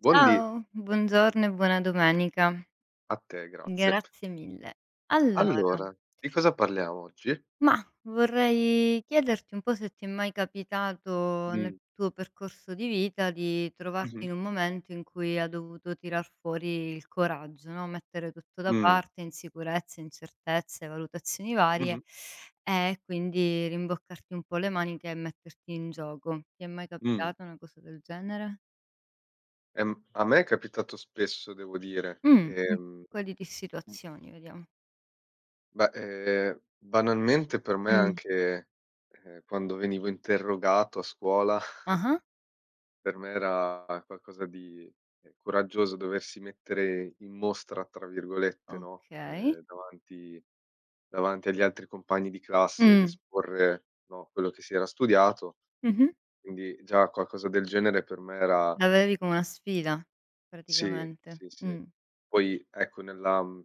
Buondì, Ciao, buongiorno e buona domenica. a te grazie. Grazie mille. Allora, Allora, di cosa parliamo oggi? mah, vorrei chiederti un po' se ti è mai capitato Mh, nel tuo percorso di vita di trovarti mh-mh, in un momento in cui hai dovuto tirar fuori il coraggio, no, mettere tutto da mh, parte, insicurezze, incertezze, valutazioni varie mh-mh, e quindi rimboccarti un po' le maniche e metterti in gioco. Ti è mai mh. capitata una cosa del genere? A me è capitato spesso devo dire. In quali di mh, situazioni, vediamo. beh, banalmente per me Mh. anche, quando venivo interrogato a scuola. Ah-ah. Per me era qualcosa di coraggioso, doversi mettere "in mostra" tra virgolette, no, Okay. Davanti agli altri compagni di classe ed Mh. esporre, no, quello che si era studiato, Mh-mh. quindi già qualcosa del genere per me era... La vedevi come una sfida. Sì, Sì, praticamente. sì, sì. Mh. Poi ecco nella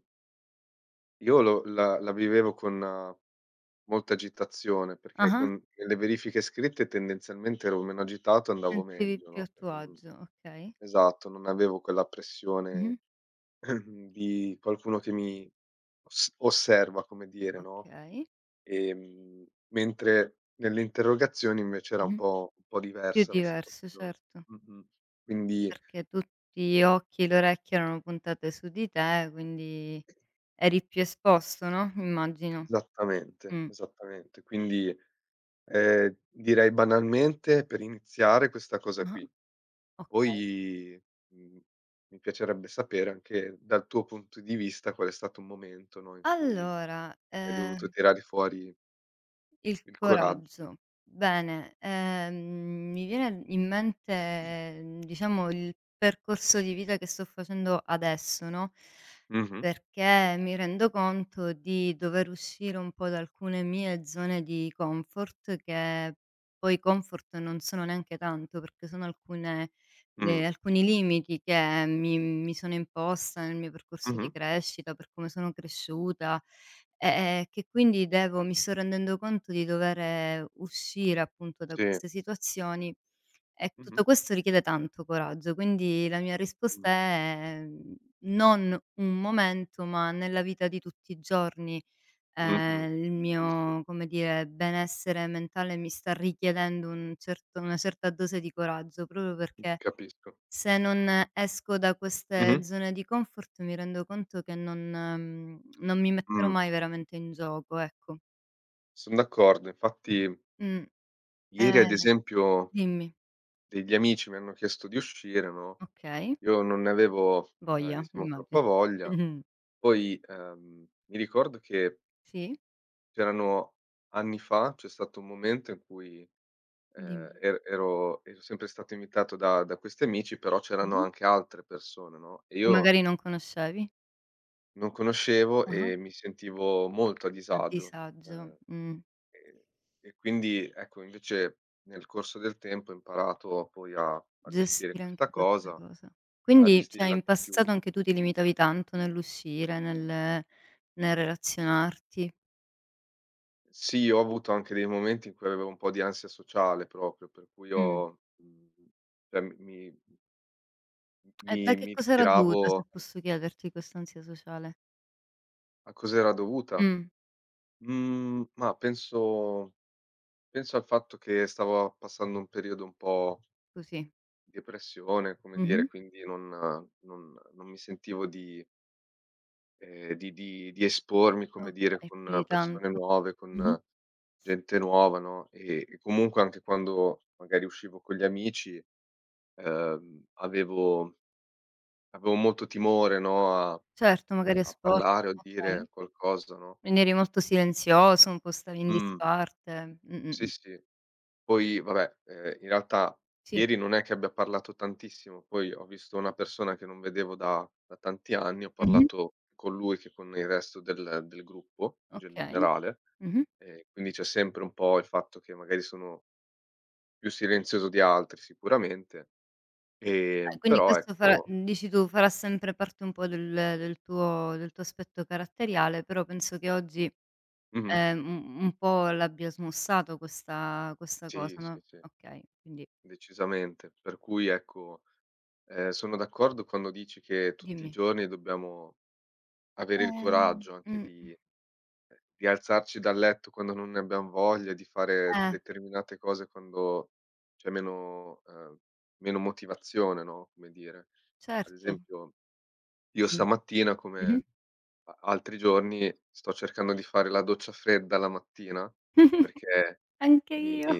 io lo la la vivevo con molta agitazione, perché Ah-ah. con le verifiche scritte tendenzialmente ero meno agitato e andavo Sentivi meglio, più a no, tuo perché non... agio, okay. Esatto, non avevo quella Mh-mh. pressione. Di qualcuno che mi os osserva, come dire, no, Okay. ehm, mentre nelle interrogazioni invece era un Mh-mh. po' un po' Più diversa la diverso, situazione. certo, Mh-mh. Quindi perché tutti gli occhi e le orecchie erano puntate su di te, quindi eri più esposto, no, immagino. esattamente, Mh. esattamente. Quindi, direi banalmente per iniziare questa cosa Ah-ah. qui. Okay. Poi, mhmm, mi piacerebbe sapere anche dal tuo punto di vista qual è stato un momento, no, in cui Allora, hai dovuto tirare fuori il il coraggio. coraggio. Bene, mi viene in mente, diciamo il percorso di vita che sto facendo adesso, no, Mh-mh. perché mi rendo conto di dover uscire un po' da alcune mie zone di comfort, che poi comfort non sono neanche tanto, perché sono alcune Mh. Alcuni limiti che mi sono imposta nel mio percorso di Mh-mh. crescita, per come sono cresciuta, che quindi devo mi sto rendendo conto di dover uscire appunto da Sì. queste situazioni e tutto Mh-mh. questo richiede tanto coraggio, quindi la mia Mh. risposta è, non un momento, ma nella vita di tutti i giorni, Mh-mh. Il Capisco. mio, come dire, benessere mentale mi sta richiedendo un certo una certa dose di coraggio, proprio perché Capisco. se non esco da Mh-mh. queste zone di comfort mi rendo conto che non mi metterò Mh. mai veramente in gioco, ecco. Son d'accordo. Infatti Mh, ieri ehm ad esempio dimmi. degli amici mi hanno chiesto di uscire, no, Okay, io non ne avevo, voglia, diciamo, immagi troppa voglia. Poi, mi ricordo che Sì, c'erano... Anni fa, c'è stato un momento in cui, dimmi. er ero ero sempre stato invitato da questi amici, però c'erano Okay. anche altre persone, no, e Che io... magari non conoscevi. Non conoscevo Ah-ah. e mi sentivo molto a A disagio, disagio, ehm, mh. e quindi ecco, invece nel corso del tempo ho imparato poi a gestire Gestire anche questa questa cosa, cosa. a Quindi, cioè, gestirla in con più... passato anche tu ti limitavi tanto nell'uscire, nel relazionarti. Sì, ho avuto anche dei momenti in cui avevo un po' di ansia sociale proprio, per cui Mh. ho cioè Da che mi cosa era ritiravo. dovuta, se posso chiederti questa ansia sociale? A cos'era dovuta? Mh. Ma penso al fatto che stavo passando un periodo un po'... Così. Depressione, come dire, Mh-mh. quindi non mi sentivo di di espormi, come dire, Okay, più con di persone tanto. nuove, Mh-mh. con gente nuova, no, e comunque anche quando magari uscivo con gli amici, ehm, avevo avevo molto timore, no, a Certo, magari a a sport, parlare o okay. dire qualcosa, no. Quindi eri molto silenzioso, un po' stavi in Mh, disparte. sì, Mh-mh. sì. Poi vabbè, in realtà Sì. ieri non è che abbia parlato tantissimo, poi ho visto una persona che non vedevo da tanti anni, ho Mh-mh. parlato con lui che con il resto del gruppo in Okay. generale, Mh-mh. Quindi c'è sempre un po' il fatto che magari sono più silenzioso di altri sicuramente, Quindi però questo farà, ecco... dici tu, farà sempre parte un po' del tuo aspetto caratteriale, però penso che oggi, Mh-mh, un po' l'abbia smussato questa sì, cosa, sì, no, sì, okay, quindi decisamente. Per cui ecco, sono d'accordo quando dici che tutti i dimmi. giorni dobbiamo avere il Eh, coraggio anche mh, di... Di alzarci dal letto quando non ne abbiam voglia, di fare eh, determinate cose quando c'è meno meno motivazione, no, come dire. Ad certo. esempio, io Mh, stamattina, mh-mh. come a altri giorni, sto cercando di fare la doccia fredda la mattina, perché Anche mi io.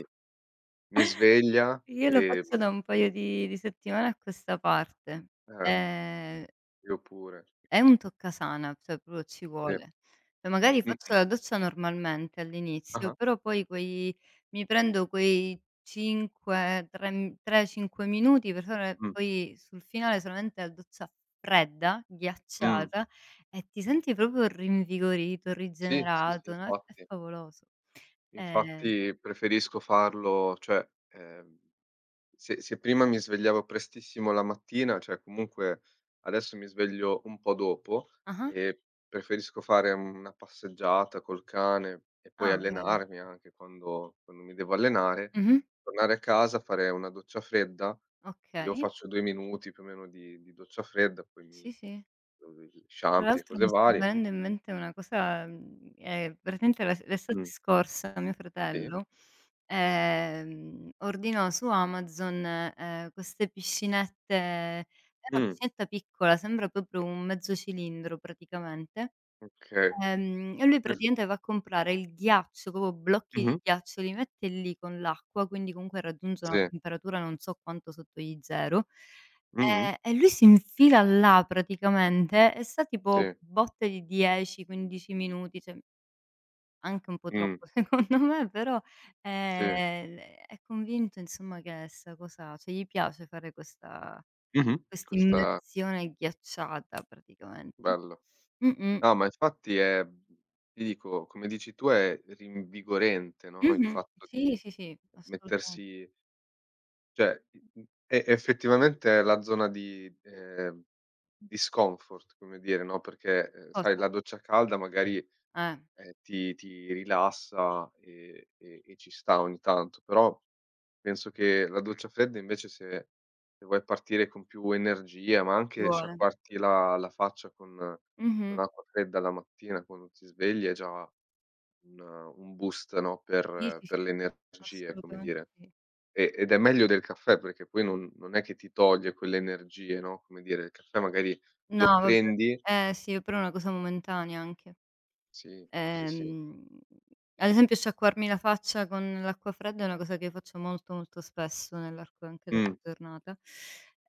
mi sveglia, Io lo faccio da un paio di settimane a questa parte. eh, Ehm, io pure, È un toccasana, cioè proprio ci sì. vuole. Cioè magari faccio Mh-mh. la doccia normalmente all'inizio, Ah-ah. però poi quei mi prendo quei 5, 3 m 3, 5 minuti per fare Mh. poi sul finale solamente la doccia fredda, Mh. ghiacciata e ti senti proprio rinvigorito, Sì, sì, sì, rigenerato, no, è infatti. favoloso. Ehm Infatti preferisco farlo, cioè, se prima mi svegliavo prestissimo la mattina, cioè comunque adesso mi sveglio un po' dopo ah-ah. e preferisco fare una passeggiata col cane e poi Ah, vedi. allenarmi anche quando mi devo allenare, Mh-mh. tornare a casa, fare una doccia fredda. Io Okay. faccio 2 minuti più o meno di doccia fredda, poi mi Sì, sì. Tra shampoo e l'altro cose mi sta varie. venendo in mente una cosa, praticamente l'estate Mh, scorsa mio sì. fratello, ordinò su Amazon, queste piscinette, è una Mh, piscinetta piccola, sembra proprio un mezzo cilindro praticamente. okay. E lui praticamente va a comprare il ghiaccio, proprio blocchi di Mh-mh, ghiaccio, li mette lì con l'acqua, quindi comunque raggiunge una sì. temperatura non so quanto sotto gli 0. Mh-mh, E lui si infila là praticamente e sta tipo sì. botte di 10, 15 minuti, cioè anche un po' Mh, troppo secondo me, però, sì. ehm, è convinto insomma che sta cosa, cioè gli piace fare Mh-mh. questa Questa... immersione ghiacciata praticamente. Bello. Mh-mh. No, ma infatti è, ti dico, come dici tu, è rinvigorente, no, il Mh-mh. fatto Sì, di sì, sì, assolutamen mettersi, cioè, è effettivamente la zona di discomfort, come dire, no, perché, sai, Cosa? la doccia calda magari, Eh, ti rilassa e ci sta ogni tanto, però... Penso che la doccia fredda invece, se vuoi partire con più energia, ma ci anche vuole. sciacquarti la faccia con Mh-mh. acqua fredda la mattina quando ti svegli, è già un boost, no, per Sì, sì, sì, le energie, come assolutamente dire. sì. E ed è meglio del caffè perché poi non è che ti toglie quelle energie, no, come dire, il caffè magari lo No, vabbè. prendi... Eh sì, però è una cosa momentanea anche. Sì, sì, sì. Ehm, ad esempio sciacquarmi la faccia con l'acqua fredda è una cosa che io faccio molto, molto spesso nell'arco anche della Mh, giornata.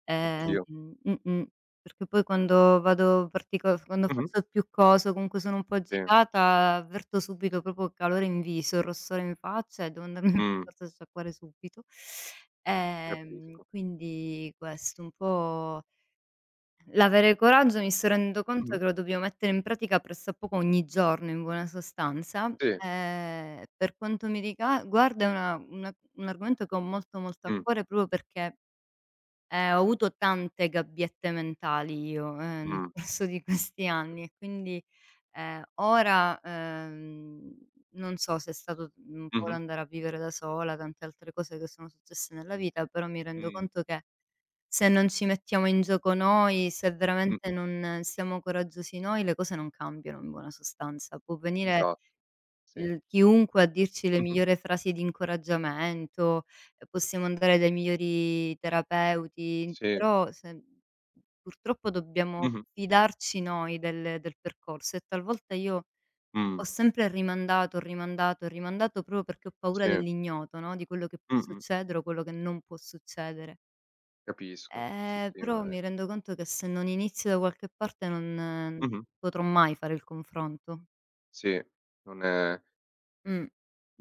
Ehm anch'io. mh-mh, perché poi quando vado partico quando Mh-mh. faccio più cose o comunque sono un po' Sì. agitata, avverto subito proprio il calore in viso, il rossore in faccia e devo andarmi Mh, per forza a sciacquare subito. Capisco. Quindi questo un po' l'avere coraggio, mi sto rendendo conto Mh-mh. che lo dobbiamo mettere in pratica pressappoco ogni giorno in buona sostanza. Sì. Per quanto mi riguarda è una un argomento che ho molto, molto a Mh, cuore, proprio perché, ho avuto tante gabbiette mentali io, nel mh, corso di questi anni e quindi, ora, non so se è stato, un po' mh-mh. l'andare a vivere da sola, tante altre cose che sono successe nella vita, però mi rendo Mh, conto che se non ci mettiamo in gioco noi, se mh. veramente non siamo coraggiosi noi, le cose non cambiano in buona sostanza. Può venire Esa... Sì. il chiunque a dirci le Mh-mh. migliori frasi di incoraggiamento, e possiamo andare dai migliori terapeuti, Sì. però se purtroppo dobbiamo Mh-mh. fidarci noi del percorso, e talvolta io Mh. ho sempre rimandato, rimandato, rimandato proprio perché ho paura Sì. dell'ignoto, no, di quello che può Mh-mh. succedere o quello che non può succedere. Capisco. Sì, sì, Però ma è... mi rendo conto che se non inizio da qualche parte non eh, Mh-mh. potrò mai fare il confronto. Sì. Non è... Mh.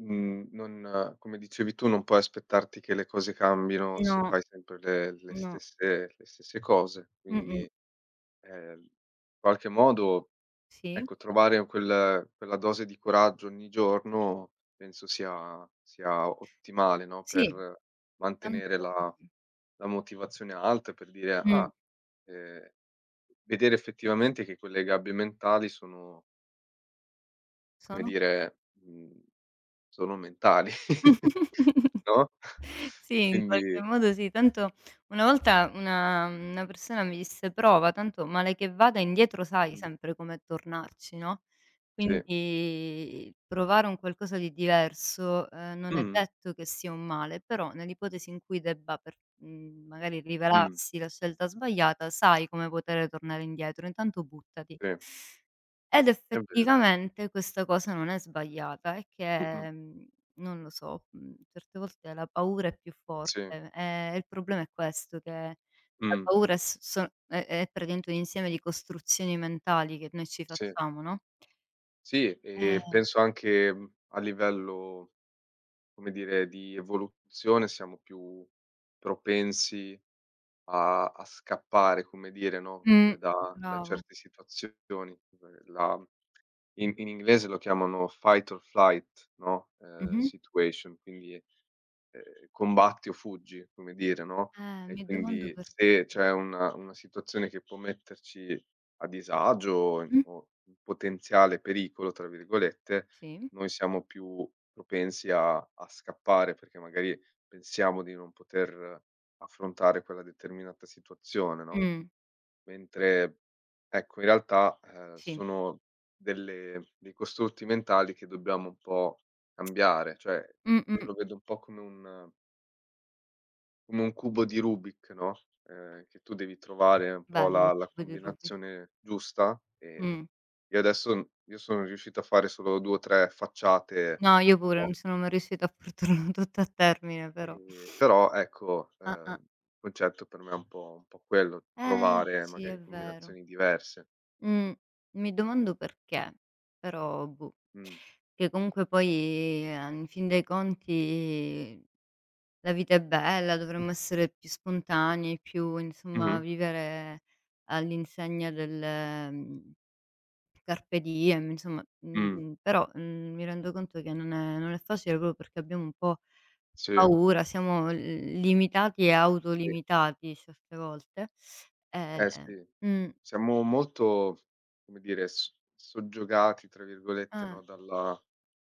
mhmm, non come dicevi tu, non puoi aspettarti che le cose cambino se No, fai sempre le no. stesse cose. Mh-mh. Quindi, in qualche modo, Sì, ecco, trovare quel quella dose di coraggio ogni giorno penso sia ottimale, no, sì, per mantenere tanto la motivazione alta, per dire: mh, "Ah, ehm" Vedere effettivamente che quelle gabbie mentali sono, come sono dire, sono mentali, no, Sì, in qualche quindi... modo sì. Tanto una volta una persona mi disse: "Prova, tanto male che vada indietro sai Mh, sempre come tornarci", no? sì. Quindi provare un qualcosa di diverso, non è Mh-mh, detto che sia un male, però nell'ipotesi in cui debba magari mh, rivelarsi la scelta sbagliata, sai come poter tornare indietro, intanto buttati. sì, Ed è vero. effettivamente questa cosa non è sbagliata, è Mh-mh, che, non lo so, certe volte la paura è più sì, forte, e il problema è questo, che la mh, paura è s so è praticamente un insieme di costruzioni mentali che noi ci sì. facciamo, no? Sì, e Eh. penso anche, a livello, come dire, di evoluzione siamo più propensi a scappare, come dire, no, Mh. da Bravo. certe situazioni. La in inglese lo chiamano fight or flight, no, Mh-mh. situation, quindi combatti o fuggi, come dire, no, e Mi domando quindi per se c'è una situazione che può metterci a disagio o in mh-mh, "potenziale pericolo" tra virgolette, sì. noi siamo più propensi a scappare, perché magari pensiamo di non poter affrontare quella determinata situazione, no, Mh. mentre ecco in realtà, Sì. sono delle dei costrutti mentali che dobbiamo un po' cambiare, cioè io Mh-mh. lo vedo un po' come un cubo di Rubik, no, che tu devi trovare un po' Bello il la la cubo di Rubik. combinazione giusta, Mh. Io sono riuscito a fare solo 2 o 3 facciate, No, io pure non no, sono mai riuscita a portarlo tutto a termine, però. Però ecco, Ah-ah. il concetto per me è un po' quello, trovare Sì, è magari vero. combinazioni diverse. Mh. Mi domando perché, però boh. Mh. Che comunque poi, in fin dei conti la vita è bella, dovremmo essere più spontanei, più insomma Mh-mh. vivere all'insegna del, carpe diem, insomma, Mh. Però, mi rendo conto che non è facile, proprio perché abbiamo un po' Sì, paura, siamo l limitati e sì. autolimitati certe volte. Eh Ehm sì, mh, eh, mm, siamo molto, come dire, s "soggiogati" tra virgolette, ah, no, dalla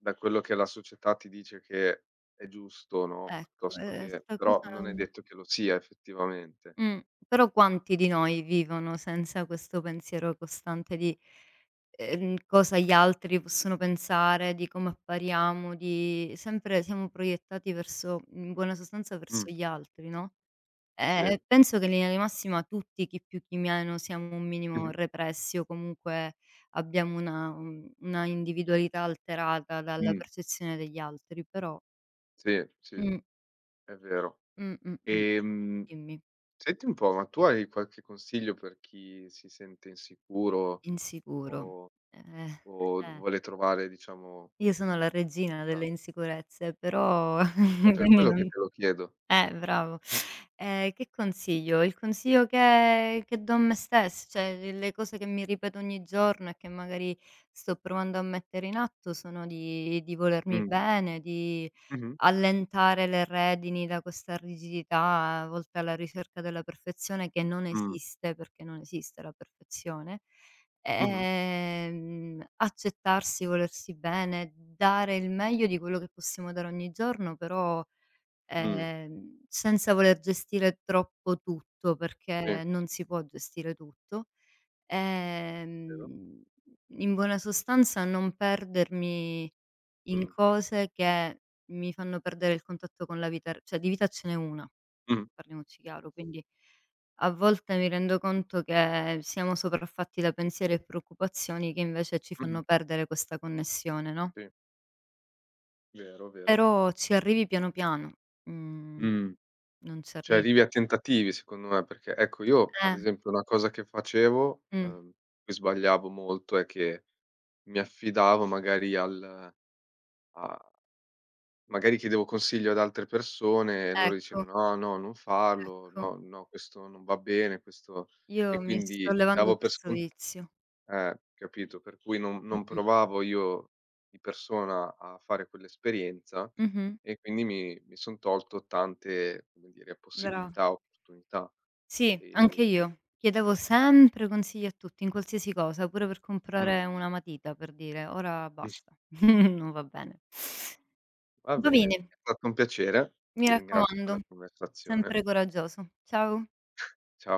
da quello che la società ti dice che è giusto, no, ecco, piuttosto che, sta però cosa. non è detto che lo sia effettivamente. Mh, però quanti di noi vivono senza questo pensiero costante di, cosa gli altri possono pensare, di come appariamo, di sempre siamo proiettati verso in buona sostanza Mh, verso gli altri, no, sì. Penso che in linea di massima tutti, chi più chi meno, siamo un minimo Mh-mh. repressi o comunque abbiamo una individualità alterata dalla Mh. percezione degli altri, però Sì, sì, mh, è vero. mh, mh, mh, Ehm, dimmi, senti un po', ma tu i hai qualche consiglio per chi si sente insicuro insicuro, o eh, eh. vuole trovare, diciamo, Io sono la regina ah, delle insicurezze, però è per quindi quello che non te lo chiedo. Bravo. Che consiglio? Il consiglio che do a me stessa, cioè le cose che mi ripeto ogni giorno e che magari sto provando a mettere in atto sono di volermi Mh. bene, di Mh-mh. allentare le redini da questa rigidità volte alla ricerca della perfezione che non Mh. esiste, perché non esiste la perfezione. Mh-mh. Accettarsi, volersi bene, dare il meglio di quello che possiamo dare ogni giorno, però, Mh. Senza voler gestire troppo tutto, Sì. perché non si può gestire tutto. Vero? Ehm, in buona sostanza non perdermi in Mh. cose che mi fanno perdere il contatto con la vita r cioè di vita ce n'è una, Mh. parliamoci chiaro, quindi a volte mi rendo conto che siamo sopraffatti da pensieri e preoccupazioni che invece ci Mh-mh. fanno perdere questa connessione, no, Sì, vero, vero. però ci arrivi piano piano, mhmm, Mh. non ci Cioè arrivi. arrivi a tentativi secondo me, perché ecco io ad Eh, esempio una cosa che facevo, mh, cui sbagliavo molto, è che mi affidavo magari al a... magari chiedevo consiglio ad altre persone e loro ecco, dicevano: "Ah no, non farlo, ecco. no, no, questo non va bene, questo". Io E mi sto quindi levando davo per questo scon... vizio. Capito? Per cui non Mh-mh. provavo io di persona a fare quell'esperienza Mh-mh. e quindi mi son tolto tante, come dire, Bra possibilità, opportunità, sì, ehm anche io. Chiedevo sempre consigli a tutti, in qualsiasi cosa, pure per mh, comprare una matita, per dire. Ora basta, non va bene. va Va bene, bene, è stato un piacere, mi ti ringrazio per la raccomando, conversazione. sempre coraggioso. Ciao. Cia